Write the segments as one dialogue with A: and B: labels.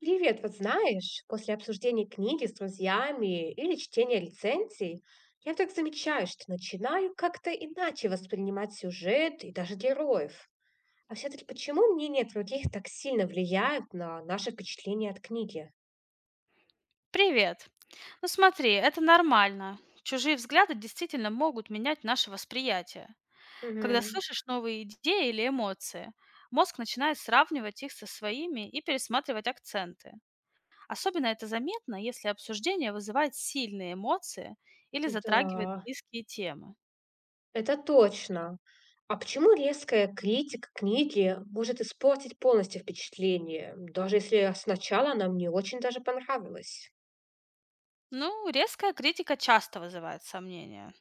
A: Привет, вот знаешь, после обсуждения книги с друзьями или чтения рецензий, я так замечаю, что начинаю как-то иначе воспринимать сюжет и даже героев. А все-таки почему мнения других так сильно влияют на наше впечатление от книги?
B: Привет. Ну смотри, это нормально. Чужие взгляды действительно могут менять наше восприятие. Когда
A: Мгм.
B: слышишь новые идеи или эмоции, мозг начинает сравнивать их со своими и пересматривать акценты. Особенно это заметно, если обсуждение вызывает сильные эмоции или затрагивает
A: Да,
B: близкие темы.
A: это точно. А почему резкая критика книги может испортить полностью впечатление, даже если сначала она мне очень даже понравилась?
B: Ну, резкая критика часто вызывает сомнения,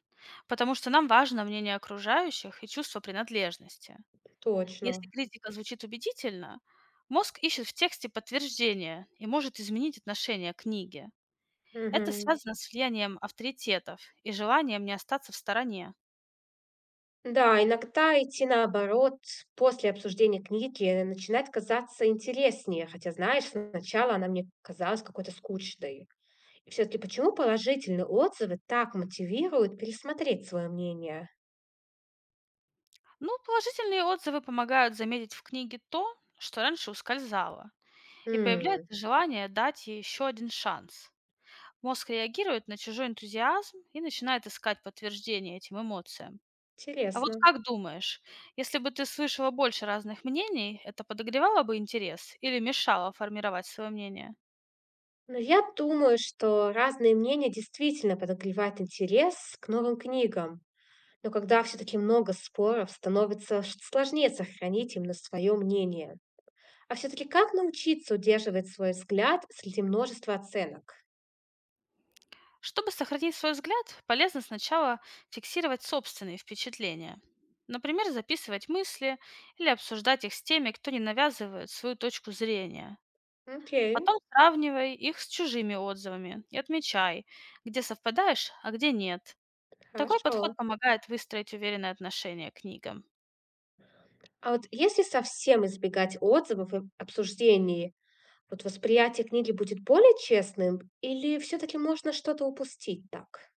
B: потому что нам важно мнение окружающих и чувство принадлежности.
A: Точно.
B: Если критика звучит убедительно, мозг ищет в тексте подтверждение и может изменить отношение к книге. Это
A: Мгм.
B: связано с влиянием авторитетов и желанием не остаться в стороне.
A: Да, иногда идти наоборот, после обсуждения книги начинает казаться интереснее, хотя, знаешь, сначала она мне казалась какой-то скучной. И все-таки почему положительные отзывы так мотивируют пересмотреть свое мнение?
B: Ну, положительные отзывы помогают заметить в книге то, что раньше ускользало, и появляется
A: М,
B: желание дать ей еще один шанс. Мозг реагирует на чужой энтузиазм и начинает искать подтверждение этим эмоциям. А вот
A: интересно.
B: как думаешь, если бы ты слышала больше разных мнений, это подогревало бы интерес или мешало формировать свое мнение?
A: Но я думаю, что разные мнения действительно подогревают интерес к новым книгам. Но когда все-таки много споров, становится сложнее сохранить именно свое мнение. А все-таки как научиться удерживать свой взгляд среди множества оценок?
B: Чтобы сохранить свой взгляд, полезно сначала фиксировать собственные впечатления. Например, записывать мысли или обсуждать их с теми, кто не навязывает свою точку зрения.
A: Окей,
B: Потом сравнивай их с чужими отзывами и отмечай, где совпадаешь, а где нет. Такой
A: хорошо.
B: подход помогает выстроить уверенное отношение к книгам.
A: А вот если совсем избегать отзывов и обсуждений, вот восприятие книги будет более честным, или все-таки можно что-то упустить так?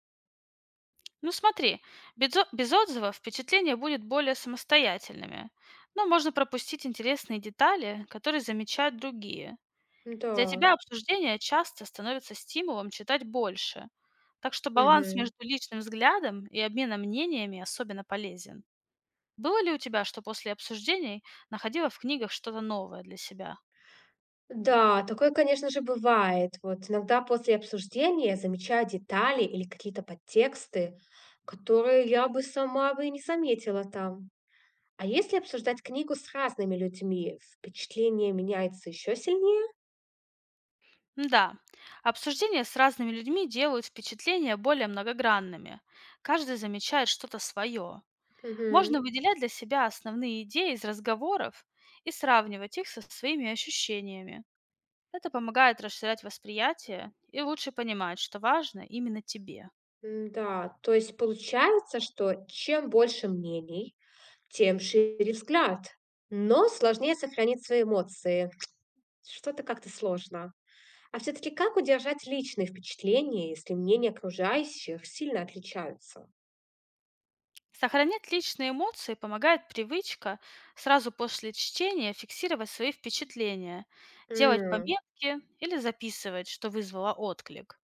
B: Ну смотри, безо- без, отзывов впечатления будут более самостоятельными, но можно пропустить интересные детали, которые замечают другие. Для
A: Да.
B: тебя обсуждение часто становится стимулом читать больше, так что баланс
A: Мгм.
B: между личным взглядом и обменом мнениями особенно полезен. Было ли у тебя, что после обсуждений находила в книгах что-то новое для себя?
A: Да, такое, конечно же, бывает. Вот иногда после обсуждения я замечаю детали или какие-то подтексты, которые я бы сама бы и не заметила там. А если обсуждать книгу с разными людьми, впечатление меняется еще сильнее?
B: Да, обсуждения с разными людьми делают впечатления более многогранными. Каждый замечает что-то свое. Можно
A: Мгм.
B: выделять для себя основные идеи из разговоров и сравнивать их со своими ощущениями. Это помогает расширять восприятие и лучше понимать, что важно именно тебе.
A: М-да, то есть получается, что чем больше мнений, тем шире взгляд, но сложнее сохранить свои эмоции. Что-то как-то сложно. А все-таки как удержать личные впечатления, если мнения окружающих сильно отличаются?
B: Сохранять личные эмоции помогает привычка сразу после чтения фиксировать свои впечатления, делать
A: М,
B: пометки или записывать, что вызвало отклик.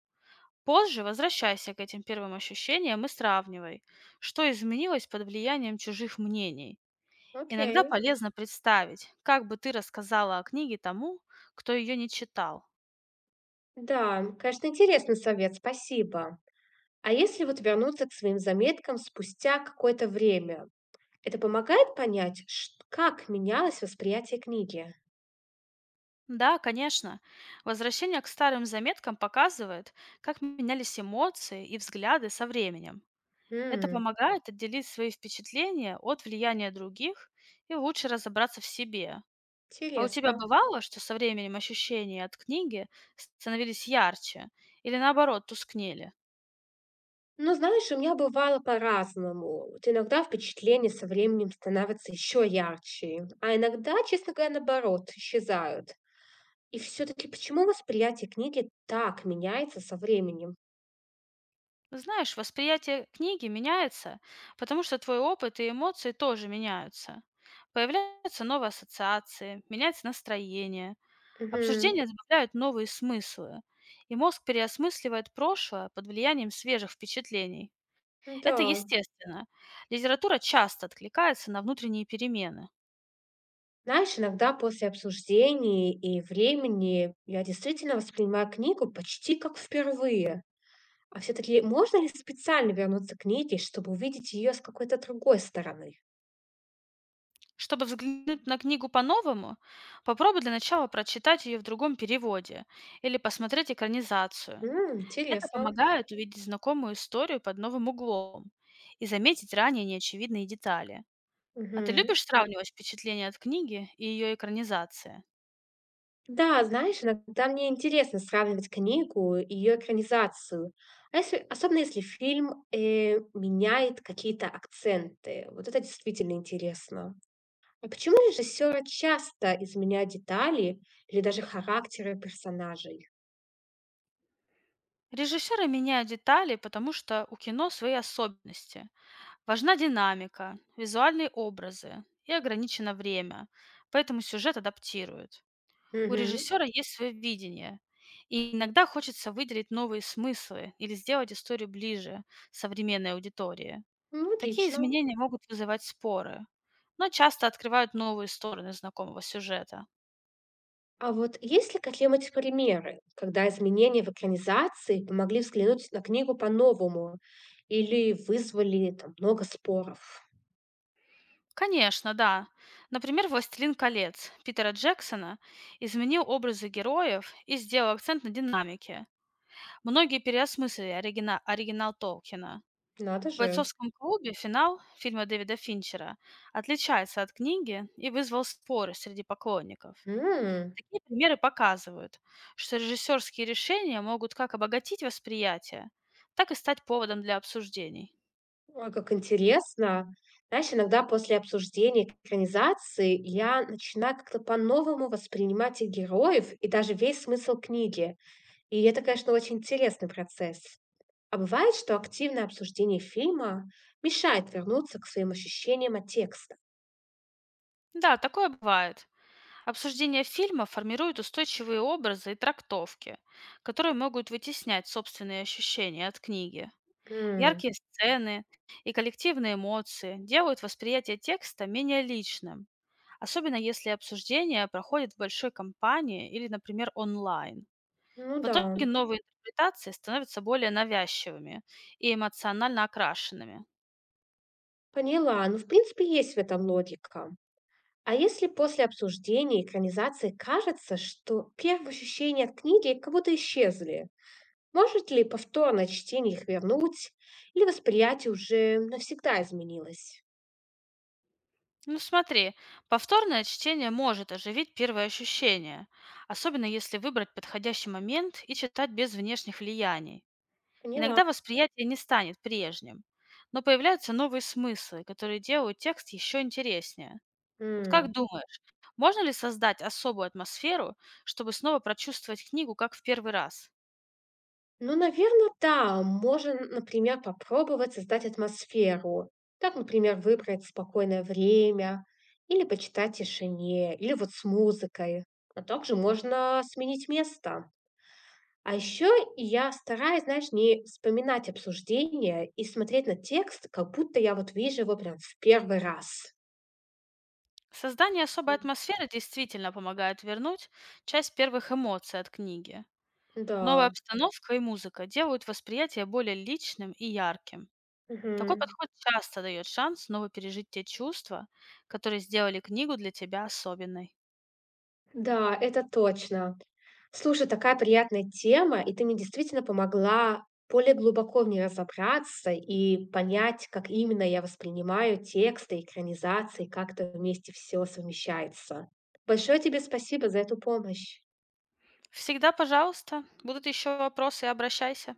B: Позже возвращайся к этим первым ощущениям и сравнивай, что изменилось под влиянием чужих мнений. Иногда
A: окей.
B: полезно представить, как бы ты рассказала о книге тому, кто ее не читал.
A: Да, конечно, интересный совет, спасибо. А если вот вернуться к своим заметкам спустя какое-то время, это помогает понять, шт как менялось восприятие книги?
B: Да, конечно. Возвращение к старым заметкам показывает, как менялись эмоции и взгляды со временем. Это
A: М,
B: помогает отделить свои впечатления от влияния других и лучше разобраться в себе. А у тебя
A: интересно.
B: бывало, что со временем ощущения от книги становились ярче или наоборот тускнели?
A: Ну, знаешь, у меня бывало по-разному. Вот иногда впечатления со временем становятся еще ярче, а иногда, честно говоря, наоборот, исчезают. И все-таки почему восприятие книги так меняется со временем?
B: Ну, знаешь, восприятие книги меняется, потому что твой опыт и эмоции тоже меняются. Появляются новые ассоциации, меняется настроение,
A: Мгм.
B: обсуждения добавляют новые смыслы, и мозг переосмысливает прошлое под влиянием свежих впечатлений.
A: Ну
B: Это
A: да.
B: естественно. Литература часто откликается на внутренние перемены.
A: Знаешь, иногда после обсуждений и времени я действительно воспринимаю книгу почти как впервые. А все таки можно ли специально вернуться к книге, чтобы увидеть ее с какой-то другой стороны?
B: Чтобы взглянуть на книгу по-новому, попробуй для начала прочитать ее в другом переводе или посмотреть экранизацию.
A: М,
B: Это
A: интересно.
B: помогает увидеть знакомую историю под новым углом и заметить ранее неочевидные детали. А ты
A: Мгм.
B: любишь сравнивать впечатления от книги и ее экранизации?
A: Да, знаешь, иногда мне интересно сравнивать книгу и ее экранизацию. А если особенно если фильм, меняет какие-то акценты. Вот это действительно интересно. А почему режиссёры часто изменяют детали или даже характеры персонажей?
B: Режиссеры меняют детали, потому что у кино свои особенности. Важна динамика, визуальные образы и ограничено время, поэтому сюжет адаптируют. У
A: Угу.
B: режиссера есть свое видение, и иногда хочется выделить новые смыслы или сделать историю ближе современной аудитории.
A: Ну,
B: Такие
A: логично.
B: изменения могут вызывать споры, но часто открывают новые стороны знакомого сюжета.
A: А вот есть ли какие-нибудь примеры, когда изменения в экранизации помогли взглянуть на книгу по-новому или вызвали там много споров?
B: Конечно, да. Например, «Властелин колец» Питера Джексона изменил образы героев и сделал акцент на динамике. Многие переосмыслили оригинал Толкина.
A: Надо
B: В
A: же.
B: «Бойцовском клубе» финал фильма Дэвида Финчера отличается от книги и вызвал споры среди поклонников.
A: М.
B: Такие примеры показывают, что режиссерские решения могут как обогатить восприятие, так и стать поводом для обсуждений.
A: Ой, как интересно. Знаешь, иногда после обсуждения экранизации я начинаю как-то по-новому воспринимать и героев, и даже весь смысл книги. И это, конечно, очень интересный процесс. А бывает, что активное обсуждение фильма мешает вернуться к своим ощущениям от текста.
B: Да, такое бывает. Обсуждение фильма формирует устойчивые образы и трактовки, которые могут вытеснять собственные ощущения от книги. Яркие сцены и коллективные эмоции делают восприятие текста менее личным, особенно если обсуждение проходит в большой компании или, например, онлайн.
A: Ну
B: В
A: да,
B: итоге новые интерпретации становятся более навязчивыми и эмоционально окрашенными.
A: поняла. Ну, в принципе, есть в этом логика. А если после обсуждения экранизации кажется, что первые ощущения от книги как будто исчезли, может ли повторное чтение их вернуть, или восприятие уже навсегда изменилось?
B: Ну смотри, повторное чтение может оживить первые ощущения, особенно если выбрать подходящий момент и читать без внешних влияний.
A: Поняла.
B: Иногда восприятие не станет прежним, но появляются новые смыслы, которые делают текст еще интереснее. Вот как
A: М.
B: думаешь, можно ли создать особую атмосферу, чтобы снова прочувствовать книгу как в первый раз?
A: Ну, наверное, да. Можно, например, попробовать создать атмосферу. Так, например, выбрать спокойное время, или почитать в тишине, или вот с музыкой. А также можно сменить место. А еще я стараюсь, знаешь, не вспоминать обсуждение и смотреть на текст, как будто я вот вижу его прям в первый раз.
B: Создание особой
A: Мгм.
B: атмосферы действительно помогает вернуть часть первых эмоций от книги. Новая
A: Да,
B: обстановка и музыка делают восприятие более личным и ярким. Такой
A: мгм.
B: подход часто дает шанс снова пережить те чувства, которые сделали книгу для тебя особенной.
A: Да, это точно. Слушай, такая приятная тема, и ты мне действительно помогла более глубоко в ней разобраться и понять, как именно я воспринимаю тексты, экранизации, как это вместе все совмещается. Большое тебе спасибо за эту помощь.
B: Всегда, пожалуйста, будут еще вопросы, обращайся.